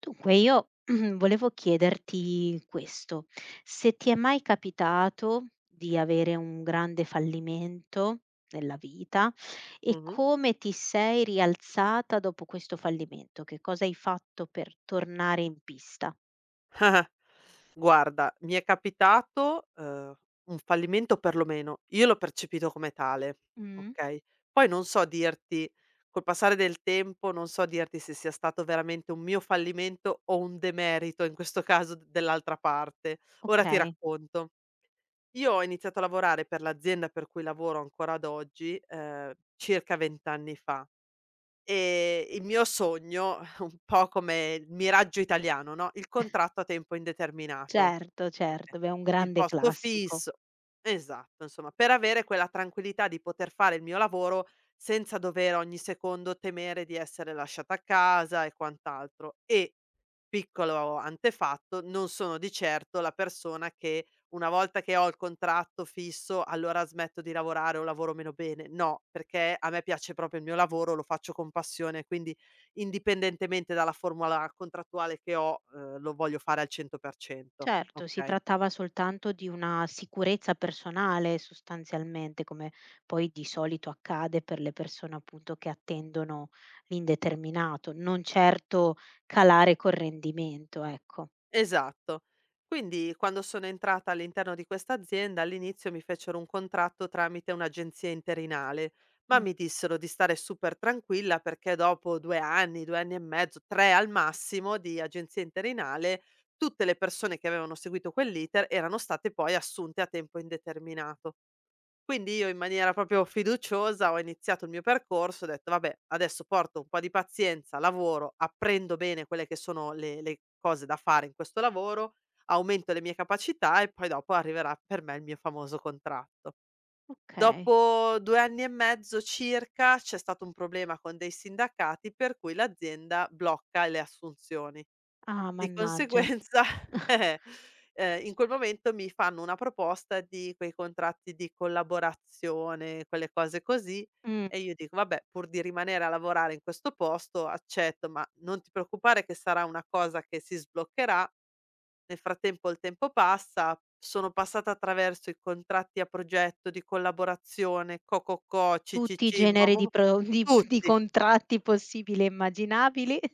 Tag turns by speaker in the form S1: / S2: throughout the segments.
S1: Dunque io volevo chiederti questo, se ti è mai capitato di avere un grande fallimento nella vita e
S2: Mh-mh.
S1: come ti sei rialzata dopo questo fallimento? Che cosa hai fatto per tornare in pista?
S2: Guarda, mi è capitato, un fallimento perlomeno, io l'ho percepito come tale,
S1: Mh.
S2: okay, poi non so dirti col passare del tempo, non so dirti se sia stato veramente un mio fallimento o un demerito in questo caso d dell'altra parte. Ora ti
S1: Okay,
S2: racconto. Io ho iniziato a lavorare per l'azienda per cui lavoro ancora ad oggi, circa 20 anni fa. Il mio sogno, un po' come il miraggio italiano, no, il contratto a tempo indeterminato.
S1: certo,
S2: Okay.
S1: certo, beh è un
S2: Il
S1: grande
S2: posto
S1: classico.
S2: fisso esatto, insomma, per avere quella tranquillità di poter fare il mio lavoro senza dover ogni secondo temere di essere lasciata a casa e quant'altro. E, piccolo antefatto, non sono di certo la persona che una volta che ho il contratto fisso allora smetto di lavorare o lavoro meno bene. No, perché a me piace proprio il mio lavoro, lo faccio con passione, quindi indipendentemente dalla formula contrattuale che ho, lo voglio fare al 100%,
S1: Certo, si
S2: okay?
S1: trattava soltanto di una sicurezza personale sostanzialmente, come poi di solito accade per le persone appunto che attendono l'indeterminato, non certo calare col rendimento, ecco.
S2: Esatto. Quindi quando sono entrata all'interno di questa azienda, all'inizio mi fecero un contratto tramite un'agenzia interinale, ma
S1: Mh.
S2: mi dissero di stare super tranquilla perché dopo due anni e mezzo, tre al massimo di agenzia interinale, tutte le persone che avevano seguito quell'iter erano state poi assunte a tempo indeterminato. Quindi io in maniera proprio fiduciosa ho iniziato il mio percorso, ho detto: "Vabbè, adesso porto un po' di pazienza, lavoro, apprendo bene quelle che sono le cose da fare in questo lavoro, aumento le mie capacità e poi dopo arriverà per me il mio famoso contratto".
S1: Okay.
S2: Dopo 2 anni e mezzo circa c'è stato un problema con dei sindacati per cui l'azienda blocca le assunzioni.
S1: Ah,
S2: Di
S1: mannaggia.
S2: conseguenza, eh, in quel momento mi fanno una proposta di quei contratti di collaborazione, quelle cose così,
S1: Mh,
S2: e io dico: "Vabbè, pur di rimanere a lavorare in questo posto accetto, ma non ti preoccupare che sarà una cosa che si sbloccherà". Nel frattempo il tempo passa, sono passata attraverso i contratti a progetto, di collaborazione, co co co, ci ci
S1: tutti i
S2: ci, ma
S1: generi
S2: mo
S1: di
S2: mo
S1: pro di
S2: tutti.
S1: contratti possibili e immaginabili.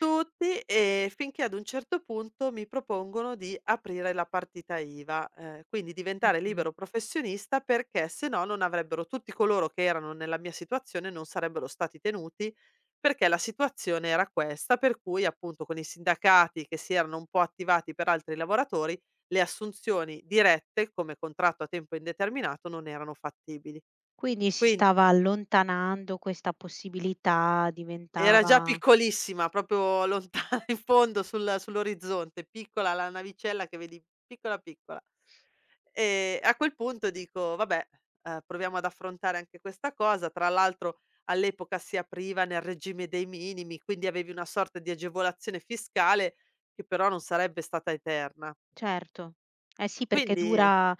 S2: Tutti, finché ad un certo punto mi propongono di aprire la partita IVA, quindi diventare
S1: Mh-mh.
S2: libero professionista perché se no non avrebbero tutti coloro che erano nella mia situazione non sarebbero stati tenuti, perché la situazione era questa, per cui appunto con i sindacati che si erano un po' attivati per altri lavoratori, le assunzioni dirette come contratto a tempo indeterminato non erano fattibili.
S1: Quindi si
S2: Quindi
S1: stava allontanando questa possibilità,
S2: Era già
S1: diventava.
S2: piccolissima, proprio lontana in fondo sull'orizzonte, piccola la navicella che vedi piccola, piccola. A quel punto dico: "Vabbè, proviamo ad affrontare anche questa cosa." Tra l'altro all'epoca si apriva nel regime dei minimi, quindi avevi una sorta di agevolazione fiscale che però non sarebbe stata eterna.
S1: Certo. Eh sì, perché
S2: Quindi
S1: dura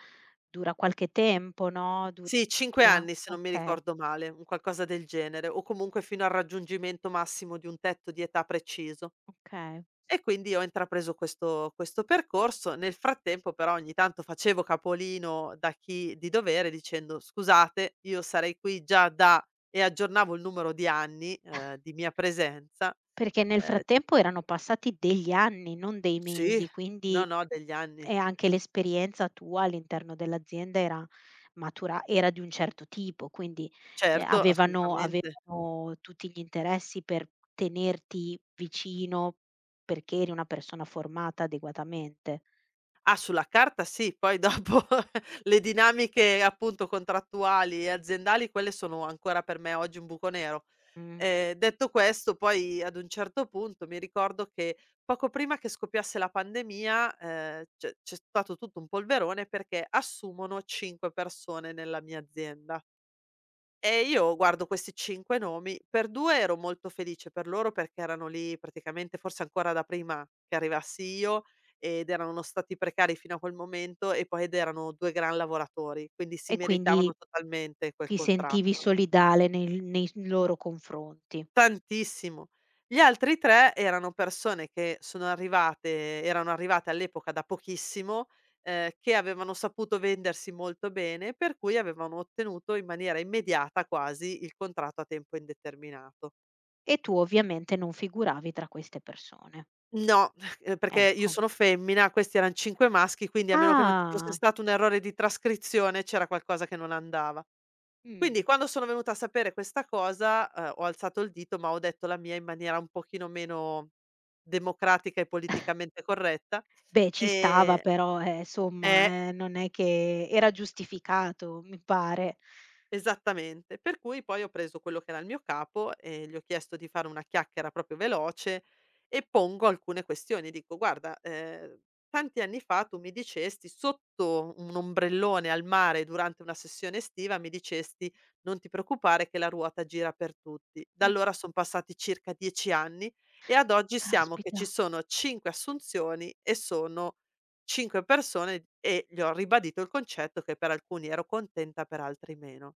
S1: dura qualche tempo, no, dur
S2: sì, 5
S1: dura.
S2: anni se non mi
S1: Okay,
S2: ricordo male, un qualcosa del genere, o comunque fino al raggiungimento massimo di un tetto di età preciso.
S1: okay.
S2: E quindi ho intrapreso questo percorso. Nel frattempo però ogni tanto facevo capolino da chi di dovere dicendo: "Scusate, io sarei qui già da" e aggiornavo il numero di anni, di mia presenza.
S1: Perché nel
S2: Ehm
S1: frattempo erano passati degli anni, non dei
S2: sì,
S1: mesi,
S2: no,
S1: quindi
S2: no, degli anni.
S1: e anche l'esperienza tua all'interno dell'azienda era matura, era di un certo tipo, quindi,
S2: Certo,
S1: avevano
S2: assolutamente.
S1: tutti gli interessi per tenerti vicino perché eri una persona formata adeguatamente.
S2: Ah, sulla carta sì, poi dopo le dinamiche appunto contrattuali e aziendali, quelle sono ancora per me oggi un buco nero.
S1: Mh.
S2: Detto questo poi ad un certo punto mi ricordo che poco prima che scoppiasse la pandemia, c'è stato tutto un polverone perché assumono 5 persone nella mia azienda e io guardo questi 5 nomi, per 2 ero molto felice per loro perché erano lì praticamente forse ancora da prima che arrivassi io ed erano stati precari fino a quel momento e poi ed erano 2 gran lavoratori, quindi si
S1: E quindi
S2: meritavano totalmente quel
S1: ti sentivi
S2: contratto.
S1: solidale nei loro confronti
S2: Tantissimo. Gli altri 3 erano persone che sono arrivate erano arrivate all'epoca da pochissimo, che avevano saputo vendersi molto bene, per cui avevano ottenuto in maniera immediata quasi il contratto a tempo indeterminato.
S1: e tu ovviamente non figuravi tra queste persone,
S2: No, perché io
S1: ecco.
S2: sono femmina, questi eran 5 maschi, quindi a meno che non ci fosse
S1: Ah,
S2: stato un errore di trascrizione, c'era qualcosa che non andava.
S1: mh.
S2: Quindi quando sono venuta a sapere questa cosa, ho alzato il dito, ma ho detto la mia in maniera un pochino meno democratica e politicamente corretta,
S1: Beh, ci stava
S2: ehm
S1: però,
S2: eh.
S1: somma, non è che era giustificato, mi pare.
S2: Esattamente, per cui poi ho preso quello che era il mio capo e gli ho chiesto di fare una chiacchiera proprio veloce e pongo alcune questioni. Dico: "Guarda, tanti anni fa tu mi dicesti sotto un ombrellone al mare durante una sessione estiva, mi dicesti: "Non ti preoccupare che la ruota gira per tutti". Da
S1: Mh,
S2: allora son passati circa 10 anni e ad oggi siamo che ci
S1: caspita.
S2: sono 5 assunzioni e sono 5 persone e gli ho ribadito il concetto che per alcuni ero contenta, per altri meno".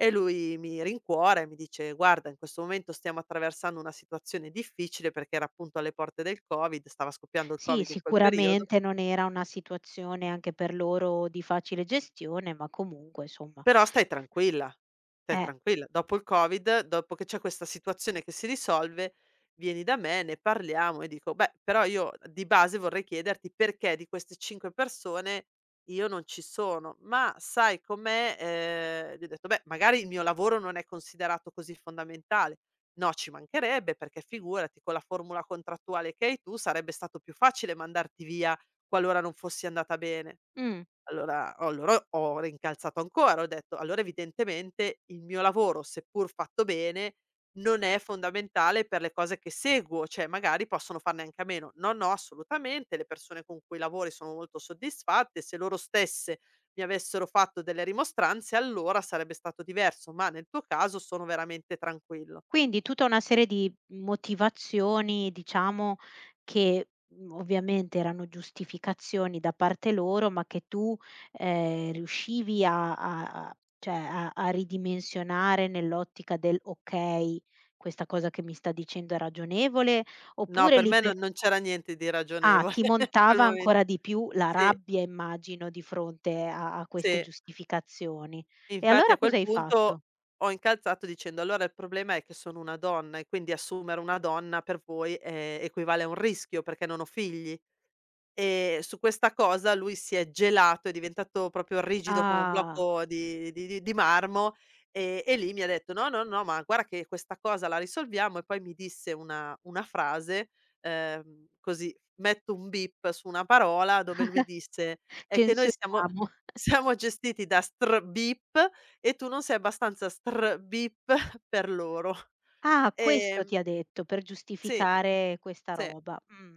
S2: E lui mi rincuora e mi dice: "Guarda, in questo momento stiamo attraversando una situazione difficile", perché era appunto alle porte del Covid, stava scoppiando il
S1: Sì,
S2: Covid in quel periodo.
S1: sicuramente non era una situazione anche per loro di facile gestione, ma comunque, somma,
S2: Però stai tranquilla, stai
S1: eh.
S2: tranquilla. Dopo il Covid, dopo che c'è questa situazione che si risolve, vieni da me, ne parliamo e dico: "Beh, però io di base vorrei chiederti perché di queste 5 persone io non ci sono, ma sai com'è?" Gli ho detto: "Beh, magari il mio lavoro non è considerato così fondamentale." "No, ci mancherebbe, perché figurati con la formula contrattuale che hai tu sarebbe stato più facile mandarti via qualora non fossi andata bene."
S1: Mh.
S2: Allora oh, allora ho rincalzato ancora, ho detto: "Allora evidentemente il mio lavoro, seppur fatto bene, non è fondamentale per le cose che seguo, cioè magari possono farne anche a meno". "No, no, assolutamente, le persone con cui lavori sono molto soddisfatte, se loro stesse mi avessero fatto delle rimostranze allora sarebbe stato diverso, ma nel tuo caso sono veramente tranquillo".
S1: Quindi tutta una serie di motivazioni, diciamo, che, ovviamente erano giustificazioni da parte loro, ma che tu, riuscivi a cioè a ridimensionare nell'ottica del: "Okay, questa cosa che mi sta dicendo è ragionevole",
S2: No,
S1: oppure
S2: per
S1: lì
S2: me
S1: per
S2: non c'era niente di
S1: ah,
S2: ragionevole
S1: ti
S2: in quel
S1: montava
S2: momento.
S1: ancora di più la
S2: Sì,
S1: rabbia, immagino, di fronte a queste
S2: sì.
S1: giustificazioni. E
S2: Infatti
S1: allora
S2: a quel
S1: cosa hai
S2: punto
S1: fatto?
S2: ho incalzato dicendo: "Allora il problema è che sono una donna e quindi assumere una donna per voi, equivale a un rischio perché non ho figli". Su questa cosa lui si è gelato, è diventato proprio rigido come un
S1: Ah,
S2: blocco di marmo, e lì mi ha detto: "No, no, no, ma guarda che questa cosa la risolviamo" e poi mi disse una frase, così metto un beep su una parola dove lui disse: "È che noi siamo
S1: censuriamo.
S2: siamo gestiti da str beep e tu non sei abbastanza str beep per loro".
S1: Ah, questo
S2: Ehm,
S1: ti ha detto per
S2: sì,
S1: giustificare questa
S2: sì.
S1: roba.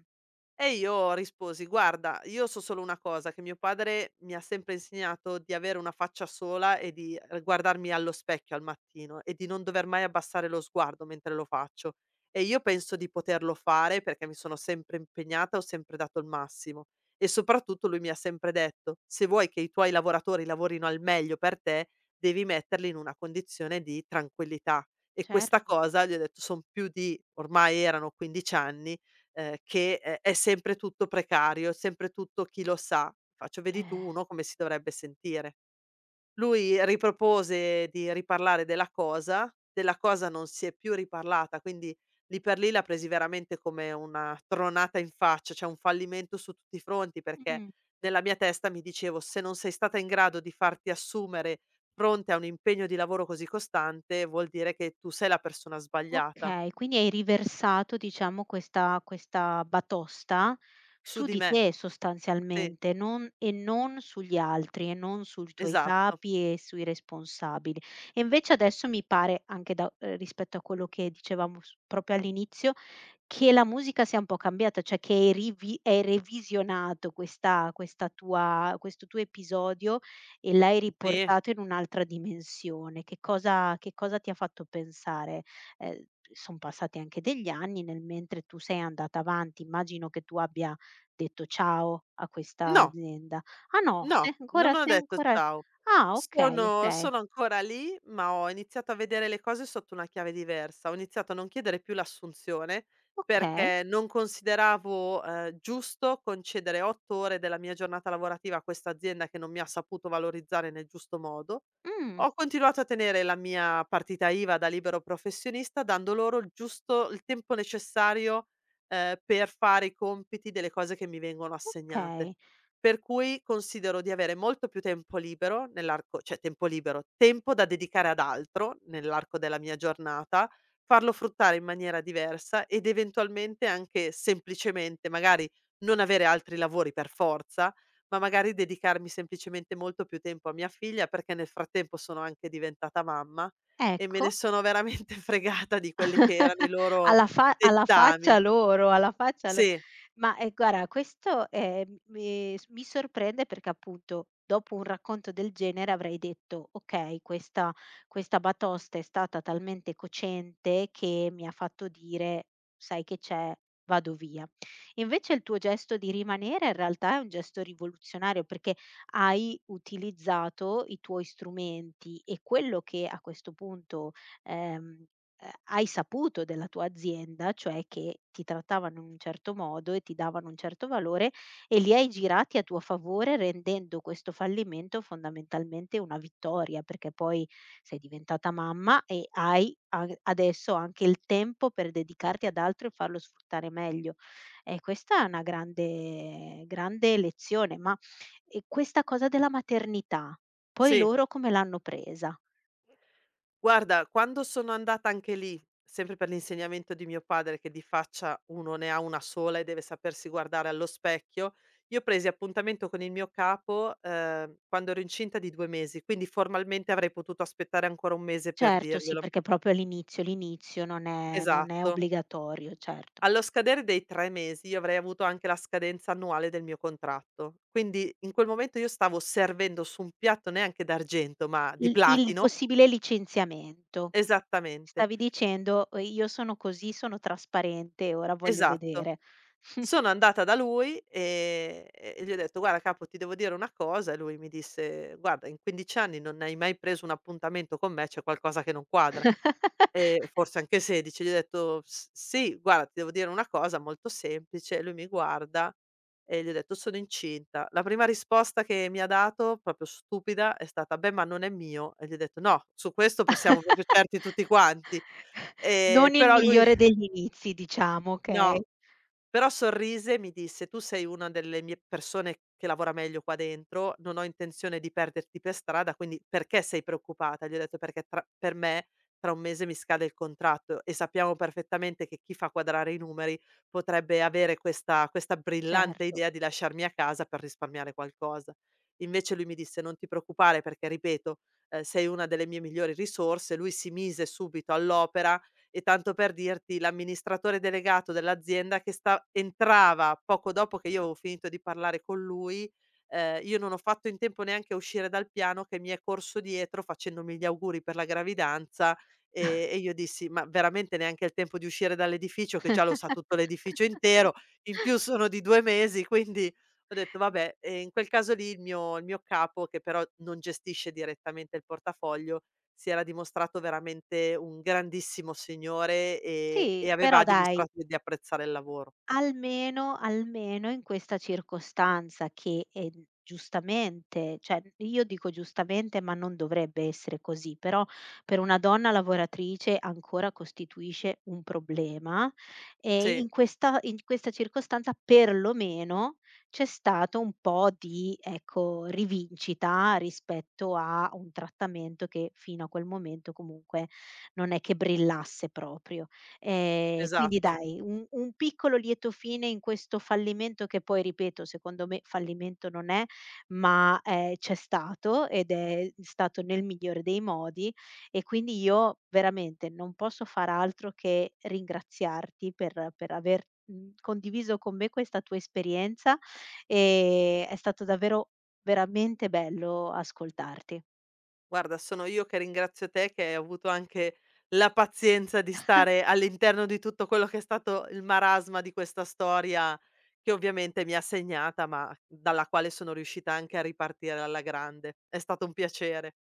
S2: E io risposi: "Guarda, io so solo una cosa, che mio padre mi ha sempre insegnato di avere una faccia sola e di r guardarmi allo specchio al mattino e di non dover mai abbassare lo sguardo mentre lo faccio. E io penso di poterlo fare perché mi sono sempre impegnata, ho sempre dato il massimo. E soprattutto lui mi ha sempre detto: "Se vuoi che i tuoi lavoratori lavorino al meglio per te, devi metterli in una condizione di tranquillità". E questa
S1: Certo.
S2: cosa, gli ho detto, son più di ormai erano 15 anni che è sempre tutto precario, è sempre tutto chi lo sa. Faccio: "Vedi tu
S1: Eh.
S2: uno come si dovrebbe sentire". Lui ripropose di riparlare della cosa non si è più riparlata, quindi lì per lì l'ha presi veramente come una tronata in faccia, cioè un fallimento su tutti i fronti, perché
S1: Mh.
S2: nella mia testa mi dicevo: "Se non sei stata in grado di farti assumere fronte a un impegno di lavoro così costante, vuol dire che tu sei la persona sbagliata".
S1: Okay, quindi hai riversato, diciamo, questa batosta
S2: Su
S1: su
S2: di
S1: di
S2: me.
S1: te
S2: Sì,
S1: sostanzialmente, non non sugli altri, e non sui tuoi
S2: esatto.
S1: capi e sui responsabili. E invece adesso mi pare anche da, rispetto a quello che dicevamo s proprio all'inizio, che la musica sia un po' cambiata, cioè che hai rivi hai revisionato questa tua, questo tuo episodio e l'hai
S2: Sì.
S1: riportato in un'altra dimensione. Che cosa ti ha fatto pensare? ehm, Son passati anche degli anni, nel mentre tu sei andata avanti, immagino che tu abbia detto ciao a questa
S2: No,
S1: azienda. Ah no,
S2: no,
S1: sei ancora
S2: non ho detto ciao.
S1: ah okay,
S2: Sono
S1: okay,
S2: sono ancora lì, ma ho iniziato a vedere le cose sotto una chiave diversa. Ho iniziato a non chiedere più l'assunzione,
S1: okay,
S2: perché non consideravo, giusto concedere 8 ore della mia giornata lavorativa a questa azienda che non mi ha saputo valorizzare nel giusto modo.
S1: mh,
S2: Ho continuato a tenere la mia partita IVA da libero professionista, dando loro il giusto il tempo necessario, per fare i compiti delle cose che mi vengono assegnate.
S1: okay,
S2: Per cui considero di avere molto più tempo libero nell'arco cioè tempo libero, tempo da dedicare ad altro nell'arco della mia giornata, farlo fruttare in maniera diversa ed eventualmente anche semplicemente, magari non avere altri lavori per forza, ma magari dedicarmi semplicemente molto più tempo a mia figlia, perché nel frattempo sono anche diventata mamma e me ne
S1: ecco.
S2: sono veramente fregata di quelli che erano i loro
S1: Alla fa alla
S2: dettami.
S1: faccia loro, alla faccia lo
S2: Sì,
S1: ma, guarda questo, mi s mi sorprende perché appunto dopo un racconto del genere avrei detto: "Okay, questa questa batosta è stata talmente cocente che mi ha fatto dire: "Sai che c'è, vado via". Invece il tuo gesto di rimanere in realtà è un gesto rivoluzionario perché hai utilizzato i tuoi strumenti e quello che a questo punto, ehm hai saputo della tua azienda, cioè che ti trattavano in un certo modo e ti davano un certo valore e li hai girati a tuo favore, rendendo questo fallimento fondamentalmente una vittoria, perché poi sei diventata mamma e hai a adesso anche il tempo per dedicarti ad altro e farlo sfruttare meglio. E questa è una grande grande lezione, ma, questa cosa della maternità, poi
S2: sì.
S1: loro come l'hanno presa?
S2: Guarda, quando sono andata anche lì, sempre per l'insegnamento di mio padre che di faccia uno ne ha una sola e deve sapersi guardare allo specchio, io presi appuntamento con il mio capo, quando ero incinta di 2 mesi, quindi formalmente avrei potuto aspettare ancora 1 mese per
S1: Certo, sì,
S2: dirglielo.
S1: perché proprio all'inizio, l'inizio non è
S2: Esatto.
S1: obbligatorio, certo.
S2: Allo scadere dei 3 mesi io avrei avuto anche la scadenza annuale del mio contratto. Quindi in quel momento io stavo servendo su un piatto neanche d'argento, ma di
S1: Il
S2: platino
S1: possibile licenziamento.
S2: esattamente,
S1: Stavi dicendo: io sono così, sono trasparente, ora voglio
S2: esatto.
S1: vedere".
S2: Sono andata da lui, e gli ho detto: "Guarda capo, ti devo dire una cosa." E lui mi disse: "Guarda, in 15 anni non hai mai preso un appuntamento con me, c'è qualcosa che non quadra." Ehm, forse anche 16. Gli ho detto: "S sì, guarda, ti devo dire una cosa molto semplice." E lui mi guarda e gli ho detto: "Sono incinta." La prima risposta che mi ha dato, proprio stupida, è stata: "Beh, ma non è mio." E gli ho detto: "No, su questo possiamo proprio certi tutti quanti." Ehm,
S1: Non il
S2: però lui
S1: migliore degli inizi, diciamo, okay?
S2: no. Però sorrise e mi disse: "Tu sei una delle mie persone che lavora meglio qua dentro, non ho intenzione di perderti per strada, quindi perché sei preoccupata?" Gli ho detto: "Perché tra per me tra un mese mi scade il contratto e sappiamo perfettamente che chi fa quadrare i numeri potrebbe avere questa brillante
S1: Certo.
S2: idea di lasciarmi a casa per risparmiare qualcosa." Invece lui mi disse: "Non ti preoccupare perché ripeto, sei una delle mie migliori risorse." Lui si mise subito all'opera e tanto per dirti, l'amministratore delegato dell'azienda che sta entrava poco dopo che io avevo finito di parlare con lui, io non ho fatto in tempo neanche a uscire dal piano che mi è corso dietro facendomi gli auguri per la gravidanza, e io dissi: "Ma veramente neanche il tempo di uscire dall'edificio che già lo sa tutto l'edificio intero, in più sono di 2 mesi", quindi ho detto: "Vabbè". E in quel caso lì il mio capo, che però non gestisce direttamente il portafoglio si era dimostrato veramente un grandissimo signore,
S1: Sì,
S2: e
S1: però
S2: aveva
S1: dai.
S2: dimostrato di apprezzare il lavoro.
S1: Almeno, almeno in questa circostanza che, giustamente, cioè io dico giustamente, ma non dovrebbe essere così, però per una donna lavoratrice ancora costituisce un problema e
S2: Sì,
S1: in questa circostanza perlomeno c'è stato un po' di, ecco, rivincita rispetto a un trattamento che fino a quel momento comunque non è che brillasse proprio. Quindi
S2: esatto.
S1: dai, un piccolo lieto fine in questo fallimento che poi, ripeto, secondo me fallimento non è, ma, c'è stato ed è stato nel migliore dei modi e quindi io veramente non posso far altro che ringraziarti per aver, condiviso con me questa tua esperienza, è stato davvero veramente bello ascoltarti.
S2: Guarda, sono io che ringrazio te che hai avuto anche la pazienza di stare all'interno di tutto quello che è stato il marasma di questa storia, che ovviamente mi ha segnata, ma dalla quale sono riuscita anche a ripartire alla grande. È stato un piacere.